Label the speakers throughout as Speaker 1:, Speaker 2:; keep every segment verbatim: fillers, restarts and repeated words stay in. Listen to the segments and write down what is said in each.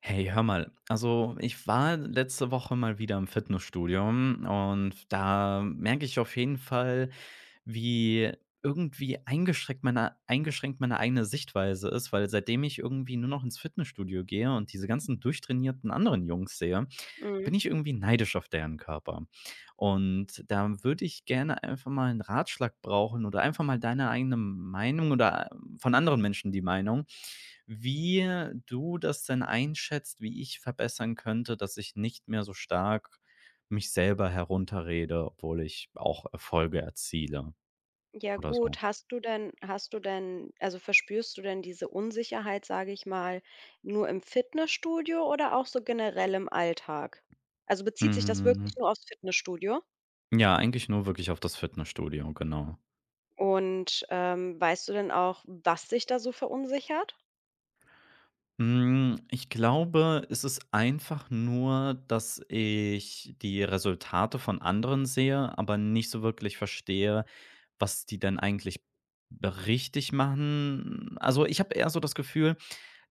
Speaker 1: Hey, hör mal. Also, ich war letzte Woche mal wieder im Fitnessstudio und da merke ich auf jeden Fall, wie irgendwie eingeschränkt meine, eingeschränkt meine eigene Sichtweise ist, weil seitdem ich irgendwie nur noch ins Fitnessstudio gehe und diese ganzen durchtrainierten anderen Jungs sehe, bin
Speaker 2: Mhm.
Speaker 1: ich irgendwie neidisch auf deren Körper. Und da würde ich gerne einfach mal einen Ratschlag brauchen oder einfach mal deine eigene Meinung oder äh, von anderen Menschen die Meinung, wie du das denn einschätzt, wie ich verbessern könnte, dass ich nicht mehr so stark mich selber herunterrede, obwohl ich auch Erfolge erziele
Speaker 2: Ja
Speaker 1: oder so.
Speaker 2: gut, hast du denn hast du denn also verspürst du denn diese Unsicherheit, sage ich mal, nur im Fitnessstudio oder auch so generell im Alltag? Also bezieht sich das wirklich
Speaker 1: Mhm.
Speaker 2: nur aufs Fitnessstudio?
Speaker 1: Ja, eigentlich nur wirklich auf das Fitnessstudio, genau.
Speaker 2: Und, ähm, weißt du denn auch, was dich da so verunsichert?
Speaker 1: Hm, ich glaube, es ist einfach nur, dass ich die Resultate von anderen sehe, aber nicht so wirklich verstehe, was die denn eigentlich richtig machen. Also, ich habe eher so das Gefühl,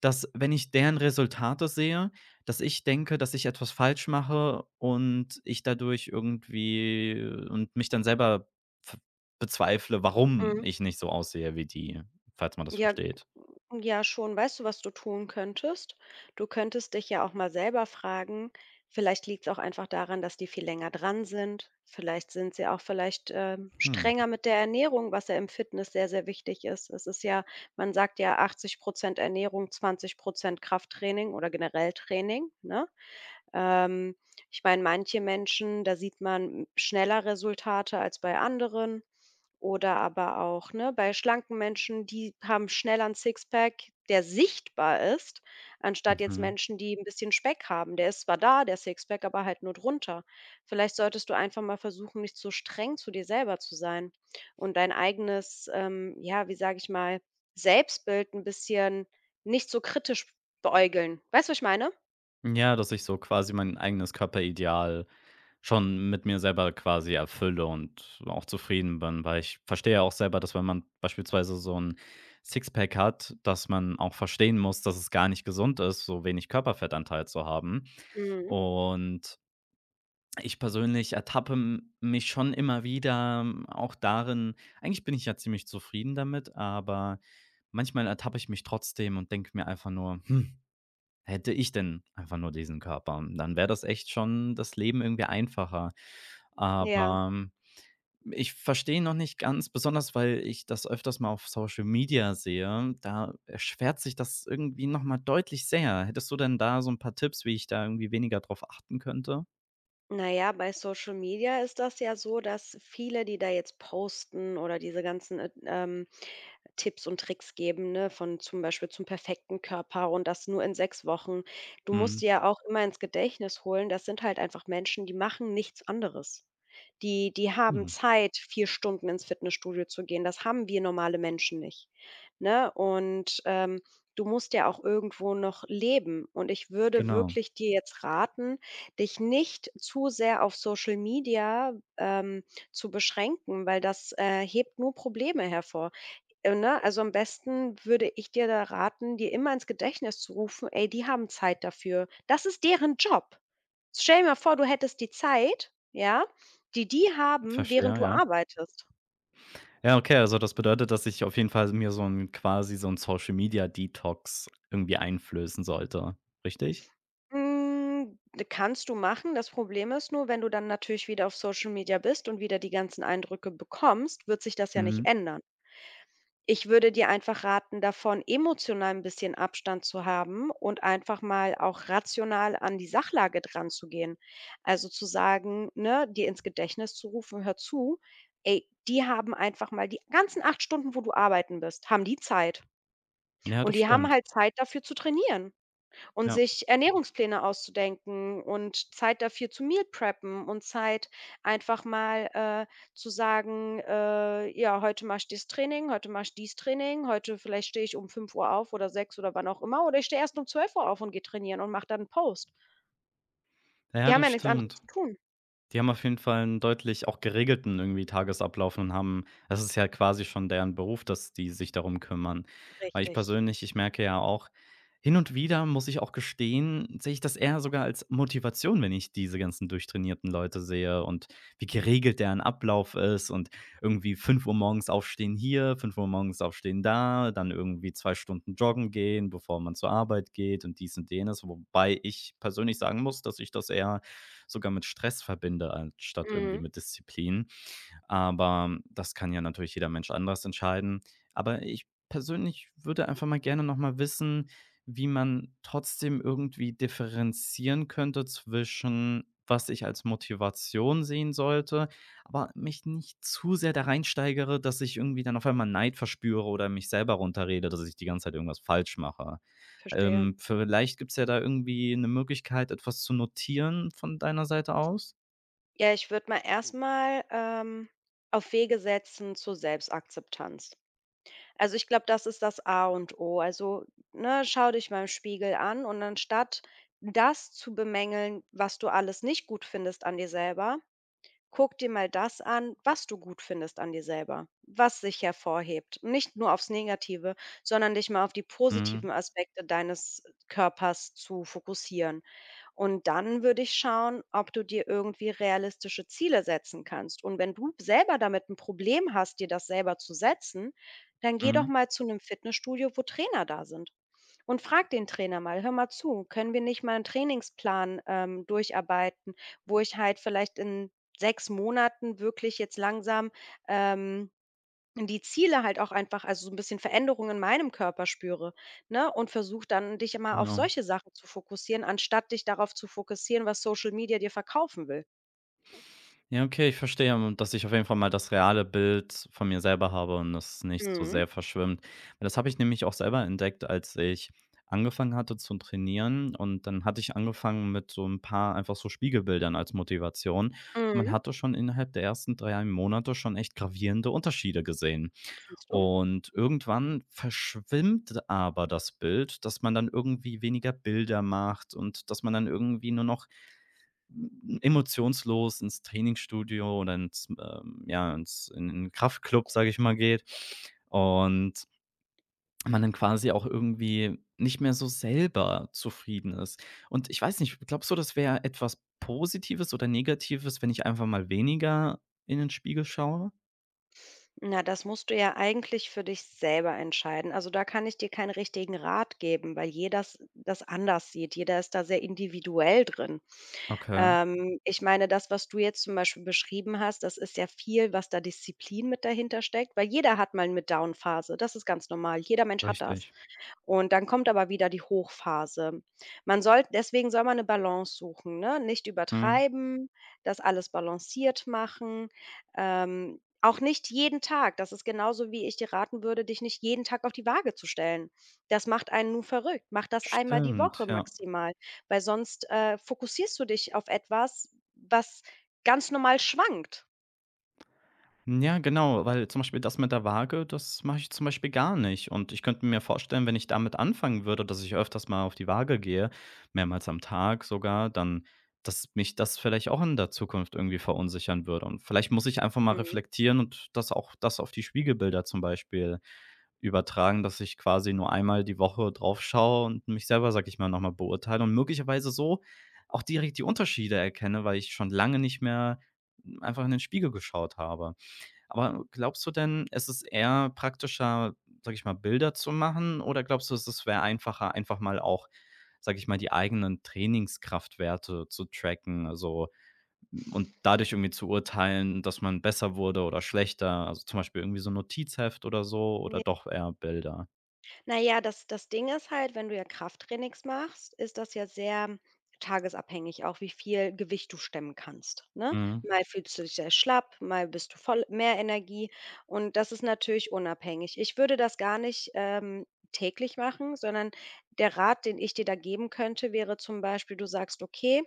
Speaker 1: dass, wenn ich deren Resultate sehe, dass ich denke, dass ich etwas falsch mache und ich dadurch irgendwie und mich dann selber v bezweifle, warum
Speaker 2: Mhm.
Speaker 1: ich nicht so aussehe wie die, falls man das
Speaker 2: Ja,
Speaker 1: versteht.
Speaker 2: mm, ja schon. Weißt du, was du tun könntest? Du könntest dich ja auch mal selber fragen, vielleicht liegt es auch einfach daran, dass die viel länger dran sind. Vielleicht sind sie auch vielleicht, ähm,
Speaker 1: Hm,
Speaker 2: strenger mit der Ernährung, was ja im Fitness sehr, sehr wichtig ist. Es ist ja man sagt ja achtzig Prozent Ernährung, zwanzig Prozent Krafttraining oder generell Training, ne? Ähm, Ich meine, manche Menschen, da sieht man schneller Resultate als bei anderen oder aber auch, ne, bei schlanken Menschen, die haben schnell 'n Sixpack, der sichtbar ist, anstatt jetzt
Speaker 1: mhm.
Speaker 2: Menschen, die ein bisschen Speck haben. Der ist zwar da, der Sixpack, aber halt nur drunter. Vielleicht solltest du einfach mal versuchen, nicht so streng zu dir selber zu sein und dein eigenes, ähm, ja, wie sage ich mal, Selbstbild ein bisschen nicht so kritisch beäugeln. Weißt du, was ich meine?
Speaker 1: Ja, dass ich so quasi mein eigenes Körperideal schon mit mir selber quasi erfülle und auch zufrieden bin, weil ich verstehe ja auch selber, dass, wenn man beispielsweise so ein Sixpack hat, dass man auch verstehen muss, dass es gar nicht gesund ist, so wenig Körperfettanteil zu haben.
Speaker 2: Mhm,
Speaker 1: Und ich persönlich ertappe m mich schon immer wieder ähm, auch darin, eigentlich bin ich ja ziemlich zufrieden damit, aber manchmal ertappe ich mich trotzdem und denke mir einfach nur: Hätte ich denn einfach nur diesen Körper, dann wäre das echt schon das Leben irgendwie einfacher.
Speaker 2: ja.
Speaker 1: Aber ähm, ich verstehe noch nicht ganz, besonders weil ich das öfters mal auf Social Media sehe, da erschwert sich das irgendwie noch mal deutlich sehr. Hättest du denn da so ein paar Tipps, wie ich da irgendwie weniger drauf achten könnte?
Speaker 2: Naja, bei Social Media ist das ja so, dass viele, die da jetzt posten oder diese ganzen äh, ähm, Tipps und Tricks geben, ne, von zum Beispiel zum perfekten Körper und das nur in sechs Wochen. Du musst
Speaker 1: Mhm.
Speaker 2: dir ja auch immer ins Gedächtnis holen, das sind halt einfach Menschen, die machen nichts anderes. Die die haben
Speaker 1: Mhm.
Speaker 2: Zeit, vier Stunden ins Fitnessstudio zu gehen. Das haben wir normale Menschen nicht, ne? Und, ähm, du musst ja auch irgendwo noch leben. Und ich würde
Speaker 1: Genau.
Speaker 2: wirklich dir jetzt raten, dich nicht zu sehr auf Social Media, ähm, zu beschränken, weil das, äh, hebt nur Probleme hervor. Äh, ne, also am besten würde ich dir da raten, dir immer ins Gedächtnis zu rufen: „Ey, die haben Zeit dafür. Das ist deren Job.“ Stell dir mal vor, du hättest die Zeit, ja, die die haben, während
Speaker 1: Verstehe,
Speaker 2: du
Speaker 1: ja.
Speaker 2: arbeitest.
Speaker 1: Ja, okay, also das bedeutet, dass ich auf jeden Fall mir so ein quasi so ein Social Media Detox irgendwie einflößen sollte, richtig?
Speaker 2: Hm, kannst du machen. Das Problem ist nur, wenn du dann natürlich wieder auf Social Media bist und wieder die ganzen Eindrücke bekommst, wird sich das ja nicht
Speaker 1: Mhm.
Speaker 2: ändern. Ich würde dir einfach raten, davon emotional ein bisschen Abstand zu haben und einfach mal auch rational an die Sachlage dranzugehen. Also, zu sagen, ne dir ins Gedächtnis zu rufen: „Hör zu, ey, die haben einfach mal die ganzen acht Stunden, wo du arbeiten bist, haben die Zeit.
Speaker 1: Ja,
Speaker 2: Und
Speaker 1: das
Speaker 2: die haben
Speaker 1: stimmt.
Speaker 2: halt Zeit dafür zu trainieren.“ und
Speaker 1: Ja.
Speaker 2: sich Ernährungspläne auszudenken und Zeit dafür zu Meal Preppen und Zeit einfach mal, äh, zu sagen, äh: „Ja, heute mache ich das Training, heute mache ich dies Training, heute vielleicht stehe ich um fünf Uhr auf oder sechs oder wann auch immer oder ich stehe erst um zwölf Uhr auf und gehe trainieren und mache dann 'n Post.“
Speaker 1: Ja,
Speaker 2: Die haben
Speaker 1: das
Speaker 2: ja nichts anderes
Speaker 1: stimmt.
Speaker 2: zu tun.
Speaker 1: Die haben auf jeden Fall einen deutlich auch geregelten irgendwie Tagesablauf und haben, das ist ja quasi schon deren Beruf, dass die sich darum kümmern. Weil ich
Speaker 2: Richtig.
Speaker 1: persönlich, ich merke ja auch, hin und wieder, muss ich auch gestehen, sehe ich das eher sogar als Motivation, wenn ich diese ganzen durchtrainierten Leute sehe und wie geregelt deren Ablauf ist und irgendwie fünf Uhr morgens aufstehen hier, fünf Uhr morgens aufstehen da, dann irgendwie zwei Stunden joggen gehen, bevor man zur Arbeit geht und dies und jenes. Wobei ich persönlich sagen muss, dass ich das eher sogar mit Stress verbinde, anstatt irgendwie
Speaker 2: Mhm,
Speaker 1: mit Disziplin. Aber das kann ja natürlich jeder Mensch anders entscheiden. Aber ich persönlich würde einfach mal gerne noch mal wissen, wie man trotzdem irgendwie differenzieren könnte zwischen was ich als Motivation sehen sollte, aber mich nicht zu sehr da reinsteigere, dass ich irgendwie dann auf einmal Neid verspüre oder mich selber runterrede, dass ich die ganze Zeit irgendwas falsch mache.
Speaker 2: verstehe.
Speaker 1: Ähm, vielleicht gibt's ja da irgendwie eine Möglichkeit, etwas zu notieren von deiner Seite aus?
Speaker 2: Ja, ich würde mal erstmal ähm, auf Wege setzen zur Selbstakzeptanz. Also, ich glaube, das ist das A und O. Also, ne, schau dich mal im Spiegel an und anstatt das zu bemängeln, was du alles nicht gut findest an dir selber, guck dir mal das an, was du gut findest an dir selber, was sich hervorhebt. Nicht nur aufs Negative, sondern dich mal auf die positiven
Speaker 1: Mhm,
Speaker 2: Aspekte deines Körpers zu fokussieren. Und dann würde ich schauen, ob du dir irgendwie realistische Ziele setzen kannst. Und wenn du selber damit ein Problem hast, dir das selber zu setzen, dann geh doch
Speaker 1: mhm,
Speaker 2: mal zu einem Fitnessstudio, wo Trainer da sind. Und frag den Trainer mal, hör mal zu, können wir nicht mal einen Trainingsplan ähm, durcharbeiten, wo ich halt vielleicht in sechs Monaten wirklich jetzt langsam, ähm, die Ziele halt auch einfach also, so ein bisschen Veränderungen in meinem Körper spüre, ne? Und versuch dann, dich immer auf
Speaker 1: genau.
Speaker 2: solche Sachen zu fokussieren, anstatt dich darauf zu fokussieren, was Social Media dir verkaufen will.
Speaker 1: Ja, okay, ich verstehe, ähm, dass ich auf jeden Fall mal das reale Bild von mir selber habe und das nicht so
Speaker 2: Mhm,
Speaker 1: sehr verschwimmt. Weil das habe ich nämlich auch selber entdeckt, als ich angefangen hatte zu trainieren und dann hatte ich angefangen mit so ein paar einfach so Spiegelbildern als Motivation. Man
Speaker 2: mhm,
Speaker 1: hatte schon innerhalb der ersten drei Monate schon echt gravierende Unterschiede gesehen.
Speaker 2: siehst du?
Speaker 1: Und irgendwann verschwimmt aber das Bild, dass man dann irgendwie weniger Bilder macht und dass man dann irgendwie nur noch hm, emotionslos ins Trainingsstudio oder ins, ähm, ja, ins in 'n Kraftclub, sage ich mal, geht und man dann quasi auch irgendwie nicht mehr so selber zufrieden ist. Und ich weiß nicht, glaubst du, das wäre etwas Positives oder Negatives, wenn ich einfach mal weniger in den Spiegel schaue?
Speaker 2: Na, das musst du ja eigentlich für dich selber entscheiden. Also, da kann ich dir keinen richtigen Rat geben, weil jeder das anders sieht. Jeder ist da sehr individuell drin.
Speaker 1: Okay,
Speaker 2: Ähm, ich meine, das, was du jetzt zum Beispiel beschrieben hast, das ist ja viel, was da Disziplin mit dahinter steckt, weil jeder hat mal eine Down-Phase. Das ist ganz normal. Jeder Mensch hat das.
Speaker 1: richtig.
Speaker 2: Und dann kommt aber wieder die Hochphase. Man soll Deswegen soll man eine Balance suchen, ne? Nicht
Speaker 1: Mhm,
Speaker 2: übertreiben, das alles balanciert machen, ähm, auch nicht jeden Tag. Das ist genauso, wie ich dir raten würde, dich nicht jeden Tag auf die Waage zu stellen. Das macht einen nur verrückt. Mach das einmal die
Speaker 1: stimmt,
Speaker 2: Woche
Speaker 1: ja.
Speaker 2: maximal, weil sonst, äh, fokussierst du dich auf etwas, was ganz normal schwankt.
Speaker 1: Ja, genau, weil zum Beispiel das mit der Waage, das mache ich zum Beispiel gar nicht. Und ich könnte mir vorstellen, wenn ich damit anfangen würde, dass ich öfters mal auf die Waage gehe, mehrmals am Tag sogar, dann, dass mich das vielleicht auch in der Zukunft irgendwie verunsichern würde. Und vielleicht muss ich einfach mal
Speaker 2: Mhm.
Speaker 1: reflektieren und das auch das auf die Spiegelbilder zum Beispiel übertragen, dass ich quasi nur einmal die Woche drauf schaue und mich selber, sag ich mal, nochmal beurteile und möglicherweise so auch direkt die Unterschiede erkenne, weil ich schon lange nicht mehr einfach in den Spiegel geschaut habe. Aber glaubst du denn, es ist eher praktischer, sage ich mal, Bilder zu machen, oder glaubst du, es wäre einfacher, einfach mal auch, sage ich mal, die eigenen Trainingskraftwerte zu tracken, also und dadurch irgendwie zu urteilen, dass man besser wurde oder schlechter, also zum Beispiel irgendwie so 'n Notizheft oder so oder doch eher Bilder?
Speaker 2: Na ja, das das Ding ist halt, wenn du ja Krafttrainings machst, ist das ja sehr tagesabhängig, auch wie viel Gewicht du stemmen kannst, ne?
Speaker 1: Mhm.
Speaker 2: Mal fühlst du dich sehr schlapp, mal bist du voll mehr Energie und das ist natürlich unabhängig. Ich würde das gar nicht, ähm, täglich machen, sondern der Rat, den ich dir da geben könnte, wäre zum Beispiel, du sagst: „Okay,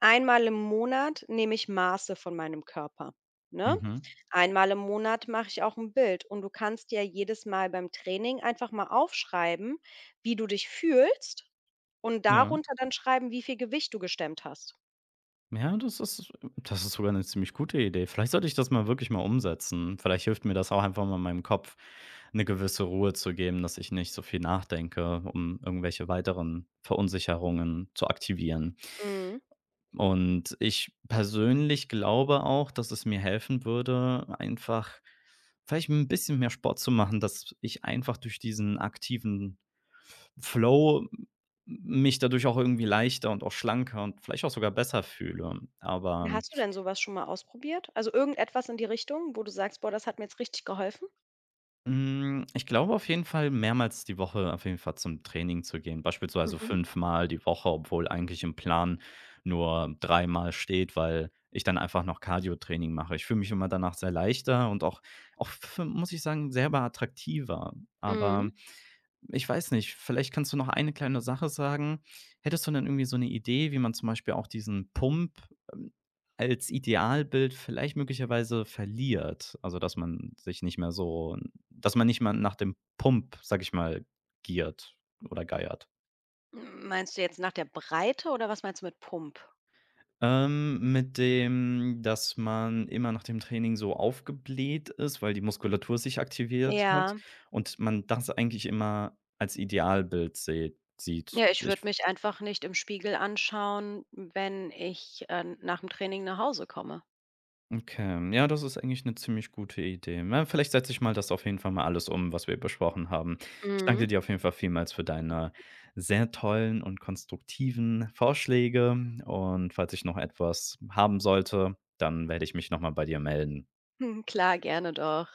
Speaker 2: einmal im Monat nehme ich Maße von meinem Körper“, ne?
Speaker 1: Mhm.
Speaker 2: Einmal im Monat mache ich auch ein Bild und du kannst dir jedes Mal beim Training einfach mal aufschreiben, wie du dich fühlst und
Speaker 1: Ja.
Speaker 2: darunter dann schreiben, wie viel Gewicht du gestemmt hast.
Speaker 1: Ja, das ist das ist sogar eine ziemlich gute Idee. Vielleicht sollte ich das mal wirklich mal umsetzen. Vielleicht hilft mir das auch einfach mal meinem Kopf eine gewisse Ruhe zu geben, dass ich nicht so viel nachdenke, um irgendwelche weiteren Verunsicherungen zu aktivieren.
Speaker 2: Mhm.
Speaker 1: Und ich persönlich glaube auch, dass es mir helfen würde, einfach vielleicht ein bisschen mehr Sport zu machen, dass ich einfach durch diesen aktiven Flow mich dadurch auch irgendwie leichter und auch schlanker und vielleicht auch sogar besser fühle. Aber
Speaker 2: Hast du denn sowas schon mal ausprobiert? Also, irgendetwas in die Richtung, wo du sagst: „Boah, das hat mir jetzt richtig geholfen?“
Speaker 1: Hm, ich glaube auf jeden Fall mehrmals die Woche auf jeden Fall zum Training zu gehen, beispielsweise
Speaker 2: Mhm,
Speaker 1: fünfmal die Woche, obwohl eigentlich im Plan nur dreimal steht, weil ich dann einfach noch Cardio-Training mache. Ich fühle mich immer danach sehr leichter und auch auch f muss ich sagen, selber attraktiver.
Speaker 2: mhm.
Speaker 1: Aber ich weiß nicht, vielleicht kannst du noch eine kleine Sache sagen. Hättest du denn irgendwie so eine Idee, wie man zum Beispiel auch diesen Pump, ähm, als Idealbild vielleicht möglicherweise verliert? Also, dass man sich nicht mehr so, dass man nicht mehr nach dem Pump, sag ich mal, giert oder geiert?
Speaker 2: M meinst du jetzt nach der Breite oder was meinst du mit Pump?
Speaker 1: Ähm, mit dem, dass man immer nach dem Training so aufgebläht ist, weil die Muskulatur sich aktiviert hat
Speaker 2: Ja.
Speaker 1: und man das eigentlich immer als Idealbild seht sieht.
Speaker 2: Ja, ich
Speaker 1: Ich
Speaker 2: würde mich einfach nicht im Spiegel anschauen, wenn ich, äh, nach dem Training nach Hause komme.
Speaker 1: okay, ja, das ist eigentlich eine ziemlich gute Idee. Na, vielleicht setze ich mal das auf jeden Fall mal alles um, was wir besprochen haben. Ich danke
Speaker 2: Mhm.
Speaker 1: dir auf jeden Fall vielmals für deine sehr tollen und konstruktiven Vorschläge und falls ich noch etwas haben sollte, dann werde ich mich noch mal bei dir melden.
Speaker 2: Klar, gerne doch.